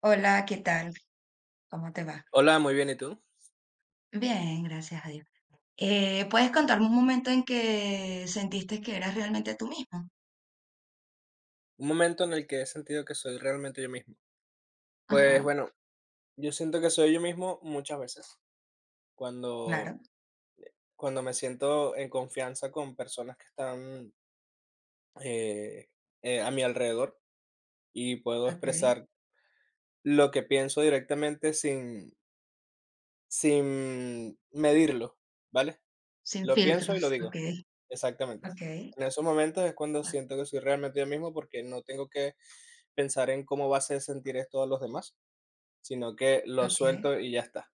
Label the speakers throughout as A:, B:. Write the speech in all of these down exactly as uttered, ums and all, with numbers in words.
A: Hola, ¿qué tal? ¿Cómo te va?
B: Hola, muy bien, ¿y tú?
A: Bien, gracias a Dios. Eh, ¿puedes contarme un momento en que sentiste que eras realmente tú mismo?
B: Un momento en el que he sentido que soy realmente yo mismo. Pues
A: Ajá,
B: bueno, yo siento que soy yo mismo muchas veces,
A: claro,
B: cuando, cuando me siento en confianza con personas que están eh, eh, a mi alrededor y puedo
A: ok.
B: expresar lo que pienso directamente sin, sin medirlo, ¿vale?
A: Sin
B: Lo pienso y
A: filtros,
B: lo
A: ok,
B: digo, exactamente.
A: ok,
B: En esos momentos es cuando siento que soy realmente yo mismo porque no tengo que pensar en cómo va a hacer sentir esto a los demás, sino que lo
A: ok,
B: suelto y ya está.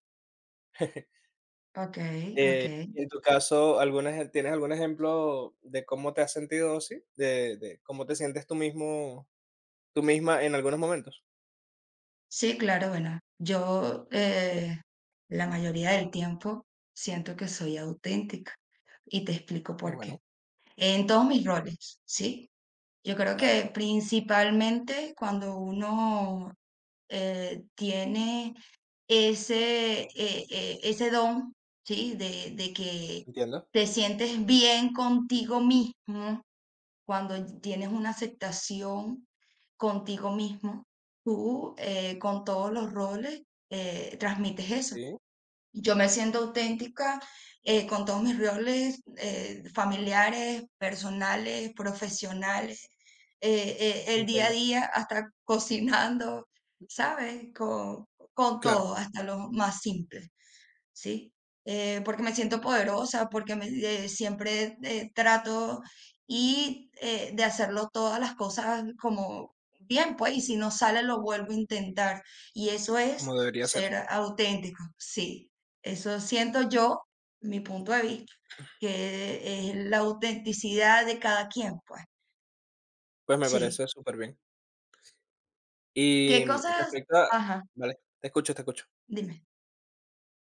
A: ok, ok.
B: Y en tu caso, ¿algún eje tienes algún ejemplo de cómo te has sentido así? ¿De de cómo te sientes tú mismo, tú misma en algunos momentos?
A: Sí, claro, bueno, yo eh, la mayoría del tiempo siento que soy auténtica y te explico
B: Qué
A: por qué.
B: bueno,
A: En todos mis roles, ¿sí? Yo creo
B: vale,
A: que principalmente cuando uno eh, tiene ese, eh, eh, ese don, ¿sí? De, de que
B: entiendo,
A: te sientes bien contigo mismo, cuando tienes una aceptación contigo mismo, tú eh, con todos los roles eh, transmites eso.
B: sí,
A: Yo me siento auténtica eh, con todos mis roles eh, familiares, personales, profesionales, eh, eh, el día a
B: entiendo,
A: día, hasta cocinando, ¿sabes? Con, con
B: claro,
A: todo, hasta lo más simple. ¿Sí? Eh, porque me siento poderosa, porque me- eh, siempre eh, trato y eh, de hacerlo todas las cosas como bien, pues, y si no sale lo vuelvo a intentar. Y eso es
B: como debería ser.
A: ser auténtico, sí. Eso siento yo, mi punto de vista, que es la autenticidad de cada quien, pues,
B: Pues me
A: sí.
B: parece súper bien.
A: ¿Qué
B: Y mm,
A: cosas,
B: respecto a,
A: ajá,
B: vale, te escucho, te escucho.
A: dime,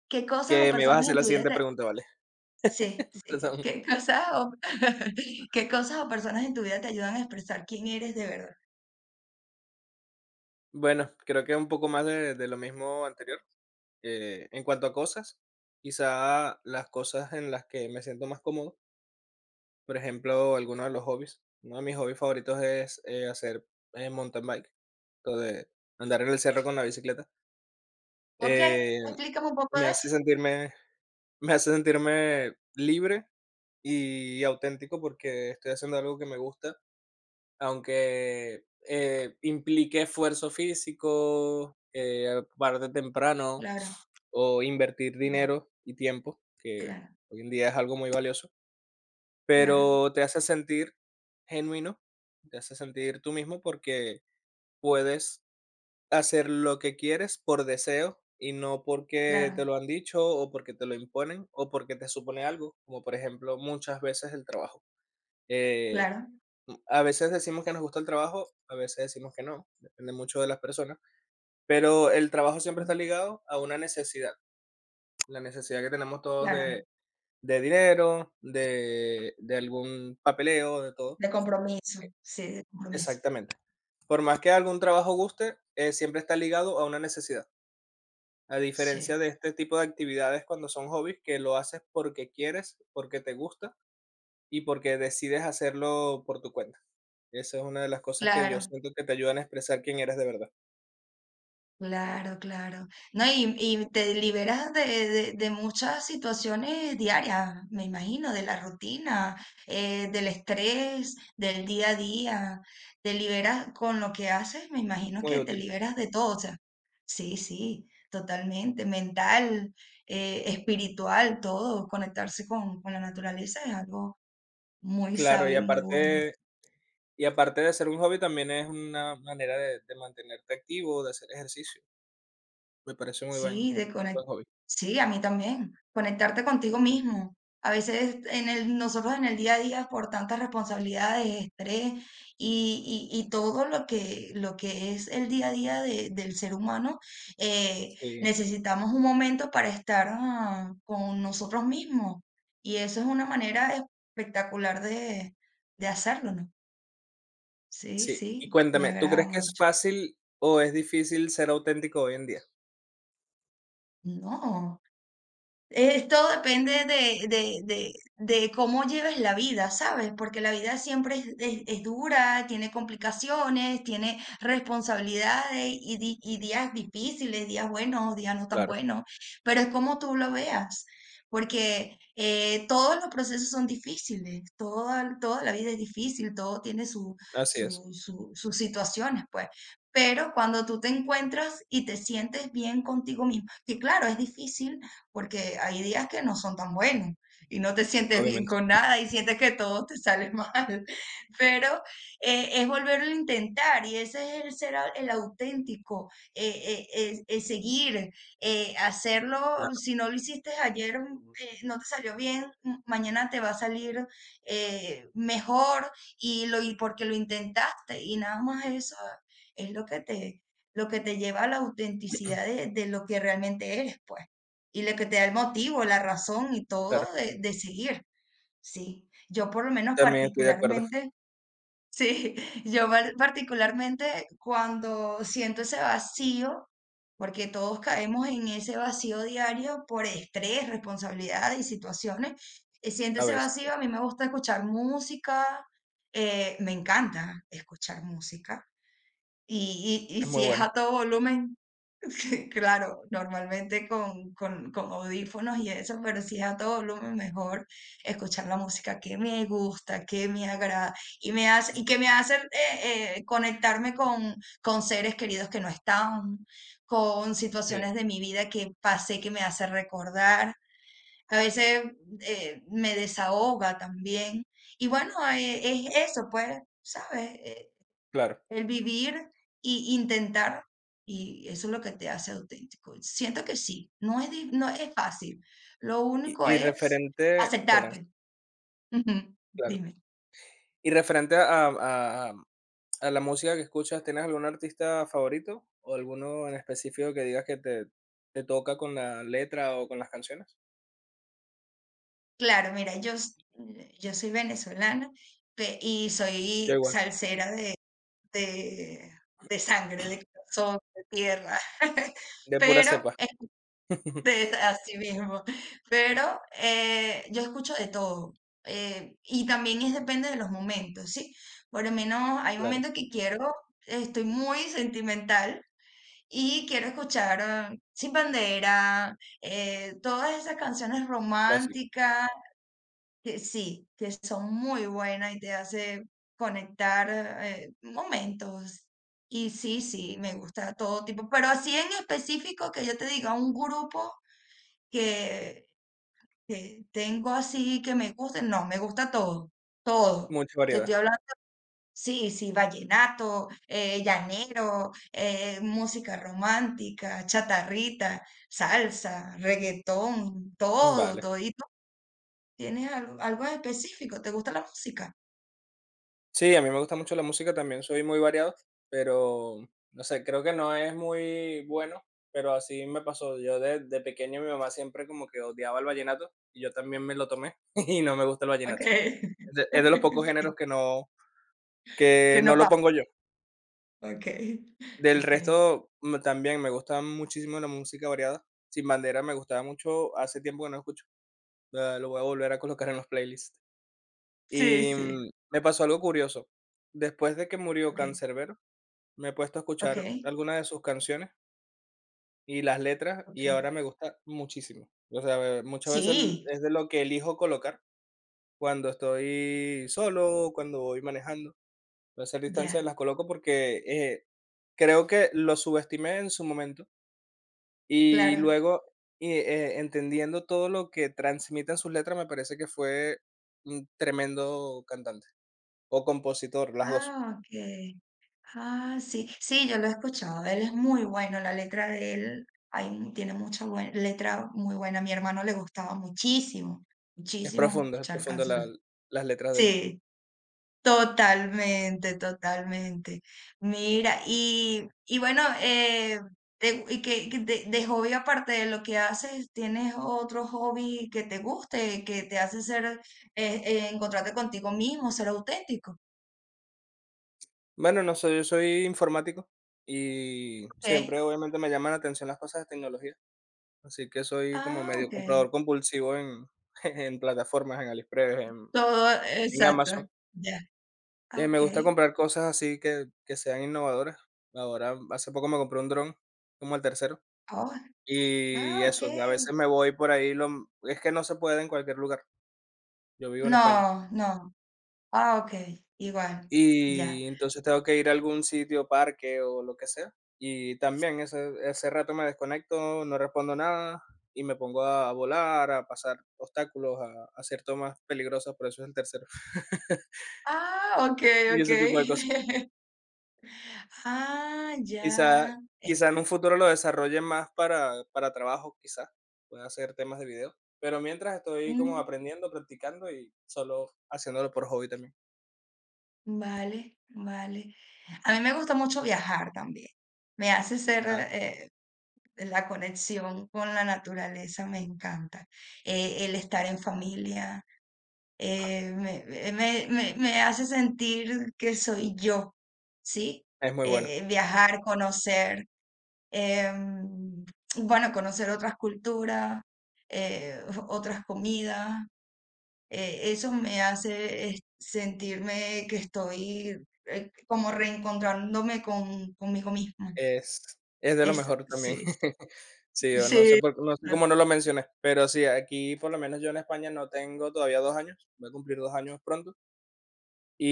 A: qué cosas o
B: Que me vas a
A: personas
B: hacer
A: en
B: la
A: tu vida?
B: siguiente pregunta, vale.
A: Sí, sí.
B: Perdón.
A: ¿Qué cosas o qué cosas o personas en tu vida te ayudan a expresar quién eres de verdad?
B: Bueno, creo que un poco más de de lo mismo anterior. Eh, en cuanto a cosas, quizá las cosas en las que me siento más cómodo. Por ejemplo, algunos de los hobbies. Uno de mis hobbies favoritos es eh, hacer eh, mountain bike, entonces andar en el cerro con la bicicleta.
A: Okey,
B: Eh,
A: explícame un poco
B: Me
A: de eso.
B: hace sentirme, me hace sentirme libre y auténtico porque estoy haciendo algo que me gusta, aunque eh, implique esfuerzo físico, eh, pararte temprano
A: Claro,
B: o invertir
A: claro,
B: dinero y tiempo, que
A: claro,
B: hoy en día es algo muy valioso,
A: claro,
B: pero te hace sentir genuino, te hace sentir tú mismo porque puedes hacer lo que quieres por deseo y no porque
A: claro,
B: te lo han dicho o porque te lo imponen o porque te supone algo, como por ejemplo muchas veces el trabajo. Eh,
A: claro,
B: m- a veces decimos que nos gusta el trabajo, a veces decimos que no, depende mucho de las personas, pero el trabajo siempre está
A: claro,
B: ligado a una necesidad, la necesidad que tenemos todos
A: claro.
B: de, de dinero, de, de algún papeleo, de todo.
A: De compromiso, sí, de compromiso.
B: Exactamente. Por más que algún trabajo guste, eh, siempre está ligado a una necesidad. A diferencia
A: Sí,
B: de este tipo de actividades cuando son hobbies, que lo haces porque quieres, porque te gusta y porque decides hacerlo por tu cuenta. Esa es una de las cosas que yo
A: claro.
B: siento que te ayudan a expresar quién eres de verdad.
A: Claro, claro. No, y, y te liberas de, de- de muchas situaciones diarias, me imagino, de la rutina, eh, del estrés, del día a día. Te liberas con lo que haces, me imagino
B: Muy
A: que te
B: útil.
A: liberas de todo. O sea, sí, sí, totalmente. Mental, eh, espiritual, todo. Conectarse con, con la naturaleza es algo muy
B: Claro, y
A: sabio y muy bueno.
B: aparte, y aparte de ser un hobby, también es una manera de, de mantenerte activo, de hacer ejercicio. Me parece muy buen,
A: Sí, de conec
B: buen hobby.
A: sí, a mí también. Conectarte contigo mismo. A veces en el, nosotros en el día a día por tantas responsabilidades, estrés y, y- y todo lo que, lo que es el día a día de- del ser humano, eh,
B: Sí,
A: necesitamos un momento para estar ah, con nosotros mismos. Y eso es una manera espectacular de, de hacerlo, ¿no? Sí,
B: sí. Y
A: sí, me
B: cuéntame, ¿tú
A: agrada
B: crees que es
A: mucho.
B: fácil o es difícil ser auténtico hoy en día?
A: No. Eh, todo depende de, de, de, de cómo lleves la vida, ¿sabes? Porque la vida siempre es, es- es dura, tiene complicaciones, tiene responsabilidades y, di- y días difíciles, días buenos, días no tan
B: Claro,
A: buenos, pero es como tú lo veas, porque eh, todos los procesos son difíciles, toda, toda la vida es difícil, todo tiene su,
B: así es,
A: su- su- sus situaciones, pues. Pero cuando tú te encuentras y te sientes bien contigo mismo, que claro, es difícil porque hay días que no son tan buenos y no te sientes bien
B: obviamente,
A: con nada y sientes que todo te sale mal, pero eh, es volverlo a intentar y ese es el ser au- el auténtico, eh, eh, es- es seguir, eh, hacerlo,
B: claro,
A: si no lo hiciste ayer, mm, eh, no te salió bien, mm, mañana te va a salir eh, mejor y lo y porque lo intentaste y nada más eso es lo que te lo que te lleva a la autenticidad de, de lo que realmente eres, pues y lo que te da el motivo, la razón y
B: claro.
A: todo de, de seguir, sí. Yo por lo menos
B: También estoy de acuerdo,
A: particularmente, sí, yo par- particularmente cuando siento ese vacío, porque todos caemos en ese vacío diario por estrés, responsabilidades y situaciones, eh, siento
B: a
A: ese
B: veces,
A: vacío,
B: claro.
A: a mí me gusta escuchar música, eh, me encanta escuchar música. Y, y, y
B: Es muy
A: si es
B: bueno,
A: a todo volumen, claro, normalmente con, con, con audífonos y eso, pero si es a todo volumen mejor escuchar la música que me gusta, que me agrada y, me hace, y que me hace eh, eh, conectarme con, con seres queridos que no están, con
B: sí,
A: situaciones de mi vida que pasé que me hace recordar. A veces eh, me desahoga también. Y bueno, eh, es eso, pues, ¿sabes? Eh,
B: claro.
A: el vivir y intentar, y eso es lo que te hace auténtico. Siento que sí, no es, di- no es fácil. Lo
B: Y
A: único
B: y
A: es
B: referente, perdón,
A: aceptarte. Ujú,
B: claro.
A: dime.
B: Y referente a a a a la música que escuchas, ¿tienes algún artista favorito o alguno en específico que digas que te te toca con la letra o con las canciones?
A: Claro, mira, yo, s- yo soy venezolana pe- y
B: Yo
A: soy
B: igual,
A: salsera de, de, de sangre, de corazón, de tierra.
B: de pura
A: Pero
B: cepa.
A: de, así mismo. Pero eh, yo escucho de todo. Eh, y también es depende de los momentos, ¿sí? Por lo menos hay
B: Claro,
A: momentos que quiero, estoy muy sentimental y quiero escuchar eh, Sin Bandera, eh, todas esas canciones
B: clásico,
A: románticas, que sí, que son muy buenas y te hace conectar eh, momentos. Y sí, sí, me gusta todo tipo, pero así en específico que yo te diga un grupo que eh, tengo así que me guste, no, me gusta todo, todo.
B: mucha
A: Te estoy
B: variedad.
A: hablando, sí, sí, vallenato, eh, llanero, eh, música romántica, chatarrita, salsa, reggaetón, todo,
B: Vale.
A: todito. ¿Tienes algo, algo en específico? ¿Te gusta la música?
B: Sí, a mí me gusta mucho la música también, soy muy variado, pero no sé, creo que no es muy bueno, pero así me pasó. Yo de, de pequeño mi mamá siempre como que odiaba el vallenato y yo también me lo tomé y no me gusta el
A: Ok.
B: vallenato. Es de, es de los pocos
A: Sí,
B: géneros que no,
A: que
B: que no
A: no
B: lo
A: pasa.
B: pongo yo.
A: Ok,
B: Del
A: ok.
B: resto mm, también me gusta muchísimo la música variada. Sin Bandera me gustaba mucho, hace tiempo que no escucho. eh, Lo voy a volver a colocar en los playlists.
A: Sí,
B: Y
A: sí.
B: mm, me pasó algo curioso. Después de que murió
A: Ok,
B: Canserbero, me he puesto a escuchar
A: ok,
B: algunas de sus canciones y las letras, y
A: ok.
B: ahora me gusta muchísimo. O sea, eh, muchas veces l-
A: Sí,
B: es de lo que elijo colocar cuando estoy solo, cuando voy manejando. A hacer distancia
A: ya,
B: las coloco porque eh, creo que lo subestimé en su momento y
A: claro.
B: luego y, eh, entendiendo todo lo que transmiten sus letras, me parece que fue un tremendo cantante o compositor, las dos.
A: Ah, ok. Ah, sí, sí, yo lo he escuchado. Él es muy bueno, la letra de él hay mu- tiene mucha buena, letra muy buena. A mi hermano le gustaba muchísimo,
B: Es
A: muchísimo
B: profundo, es
A: escuchar
B: profundo la-
A: Canserbero.
B: las letras de él.
A: Sí, totalmente, totalmente. Mira, y, y bueno, eh, te- y que, que de, de hobby, aparte de lo que haces, ¿tienes otro hobby que te guste, que te hace ser, eh, eh, encontrarte contigo mismo, ser auténtico?
B: Bueno, no sé, yo soy informático y
A: Ok.
B: siempre obviamente me llaman la atención las cosas de tecnología, así que soy como
A: Ah,
B: medio
A: ok.
B: comprador compulsivo en, en plataformas, en AliExpress, en,
A: Todo
B: en
A: exacto,
B: Amazon.
A: ya. Ah,
B: Y me gusta
A: okey.
B: comprar cosas así que, que sean innovadoras. Ahora, hace poco me compré un dron, como el tercero,
A: Oh,
B: y
A: ah,
B: eso, a
A: okey.
B: veces me voy por ahí, lo, es que no se puede en cualquier lugar. Yo vivo en España.
A: No, no. Ah, okey, igual, ya.
B: Y entonces tengo que ir a algún sitio, parque o lo que sea. Y también ese, ese rato me desconecto, no respondo nada y me pongo a volar, a pasar obstáculos, a, a hacer tomas peligrosas, por eso es el tercero.
A: Ah, okey,
B: Y ese
A: okey.
B: tipo de cosas.
A: Ah,
B: Quizá,
A: ya. Eh,
B: quizá en un futuro lo desarrolle más para, para trabajo, quizá. Pueda hacer temas de video. Pero mientras estoy como
A: mm,
B: aprendiendo, practicando y solo haciéndolo por hobby también.
A: vale, vale. A mí me gusta mucho viajar también. Me hace ser,
B: Ah,
A: eh, la conexión con la naturaleza me encanta. Eh, el estar en familia. eh, me, me- me- me hace sentir que soy yo, ¿sí?
B: es muy bueno.
A: Eh, viajar, conocer, em, bueno, conocer otras culturas, eh, otras comidas, eh, eso me hace eh, sentirme que estoy eh, como reencontrándome con, conmigo misma.
B: Es es de lo
A: Es,
B: mejor también.
A: sí,
B: Sí, yo no sé
A: sí.
B: por no sé cómo no lo mencioné, pero sí, aquí, por lo menos yo en España no tengo todavía dos años, voy a cumplir dos años pronto,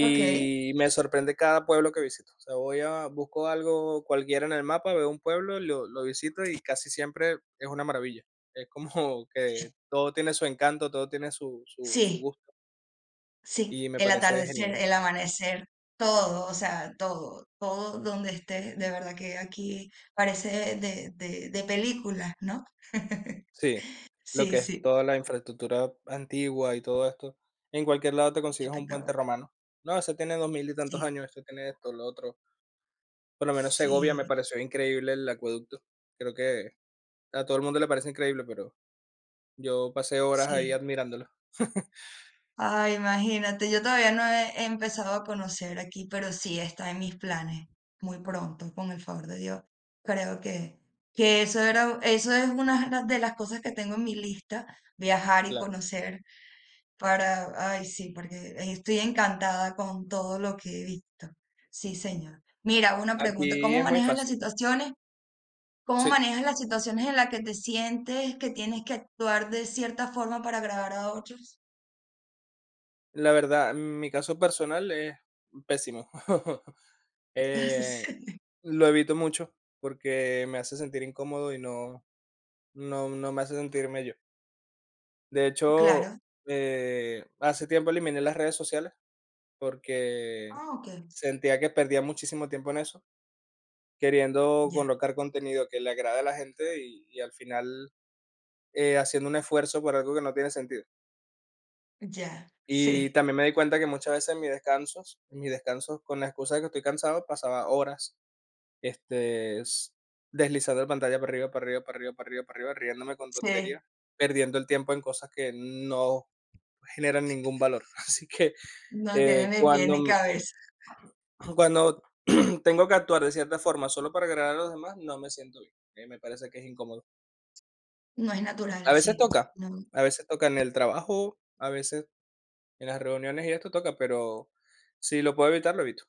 A: Ok,
B: me sorprende cada pueblo que visito. O sea, voy a busco algo cualquiera en el mapa, veo un pueblo, lo lo visito y casi siempre es una maravilla. Es como que todo tiene su encanto, todo tiene su su su
A: sí.
B: gusto,
A: Sí,
B: y me
A: el
B: parece
A: atardecer,
B: genial.
A: el amanecer, todo, o sea, todo, todo donde esté, de verdad que aquí parece de, de, de películas, ¿no?
B: Sí, lo
A: Sí,
B: que es
A: sí,
B: toda la infraestructura antigua y todo esto, en cualquier lado te consigues un
A: espectacular,
B: puente romano. No, ese tiene dos mil y tantos
A: sí,
B: años, este tiene esto, lo otro. Por lo menos Segovia me
A: sí,
B: pareció increíble el acueducto. Creo que a todo el mundo le parece increíble, pero yo pasé horas ahí
A: sí.
B: admirándolo.
A: Ay, imagínate, yo todavía no he empezado a conocer aquí, pero sí está en mis planes, muy pronto, con el favor de Dios. Creo que, que eso era, eso es una de las cosas que tengo en mi lista, viajar y
B: Claro.
A: conocer. Para, ay, sí, porque eh, estoy encantada con todo lo que he visto. Sí, señor. Mira, una pregunta,
B: Aquí
A: ¿cómo
B: es muy
A: manejas las
B: fácil.
A: situaciones? ¿Cómo
B: Sí,
A: manejas las situaciones en las que te sientes que tienes que actuar de cierta forma para agradar a otros?
B: la verdad, mi caso personal es pésimo. Eh, lo evito mucho porque me hace sentir incómodo y no, no, no me hace sentirme yo. De
A: Claro.
B: hecho, eh, hace tiempo eliminé las redes sociales porque
A: Ah, ok.
B: sentía que perdía muchísimo tiempo en eso, queriendo
A: Ya,
B: colocar contenido que le agrade a la gente y, y al final eh, haciendo un esfuerzo por algo que no tiene sentido.
A: ya.
B: Y
A: Sí,
B: también me di cuenta que muchas veces en mis descansos, en mis descansos con la excusa de que estoy cansado, pasaba horas este, s- deslizando la pantalla para arriba, para arriba, para arriba, para arriba, para arriba, riéndome con
A: sí.
B: tonterías, perdiendo el tiempo en cosas que no generan ningún valor. Así que
A: No tiene
B: Eh,
A: ni pie
B: cuando,
A: ni cabeza.
B: cuando tengo que actuar de cierta forma solo para agradar a los demás, no me siento bien. Eh, me parece que es incómodo.
A: No es
B: A
A: natural,
B: veces
A: sí.
B: toca,
A: No.
B: a veces toca en el trabajo, a veces en las reuniones y esto toca, pero si lo puedo evitar, lo evito.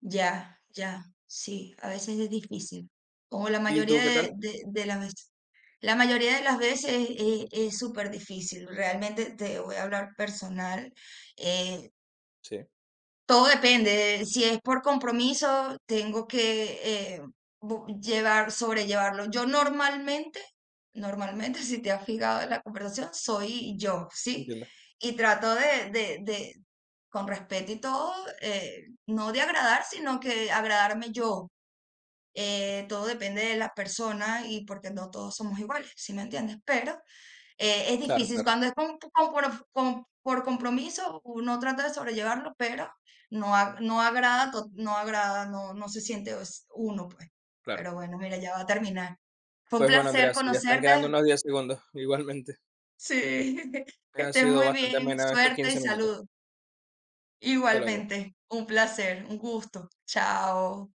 A: Ya, ya. Sí, a veces es difícil. Como la
B: ¿Y tú
A: mayoría
B: qué
A: de,
B: tal?
A: de, de las veces. La mayoría de las veces eh, es súper difícil, realmente te voy a hablar personal. eh,
B: Sí,
A: todo depende, si es por compromiso, tengo que eh, bu- llevar, sobrellevarlo. Yo normalmente, normalmente, si te has fijado en la conversación, soy yo, ¿sí?
B: entiendo.
A: Y trato de, de, de, con respeto y todo, eh, no de agradar, sino que agradarme yo. Eh, todo depende de la persona y porque no todos somos iguales, ¿sí me entiendes? Pero eh, es
B: Claro,
A: difícil,
B: claro,
A: cuando es con- con- por, con- por compromiso, uno trata de sobrellevarlo, pero no, a- no agrada, to- no agrada, no, no se siente os- uno, pues.
B: claro.
A: Pero bueno, mira, ya va a terminar. Fue un
B: Pues bueno, Andrea,
A: placer
B: sí, ya están quedando
A: conocerte.
B: unos diez segundos, igualmente.
A: Sí, que
B: Han
A: estés
B: sido
A: muy
B: bastante
A: bien.
B: ameno estos
A: Suerte y
B: quince minutos.
A: salud.
B: Hasta luego.
A: Igualmente, un placer, un gusto. Chao.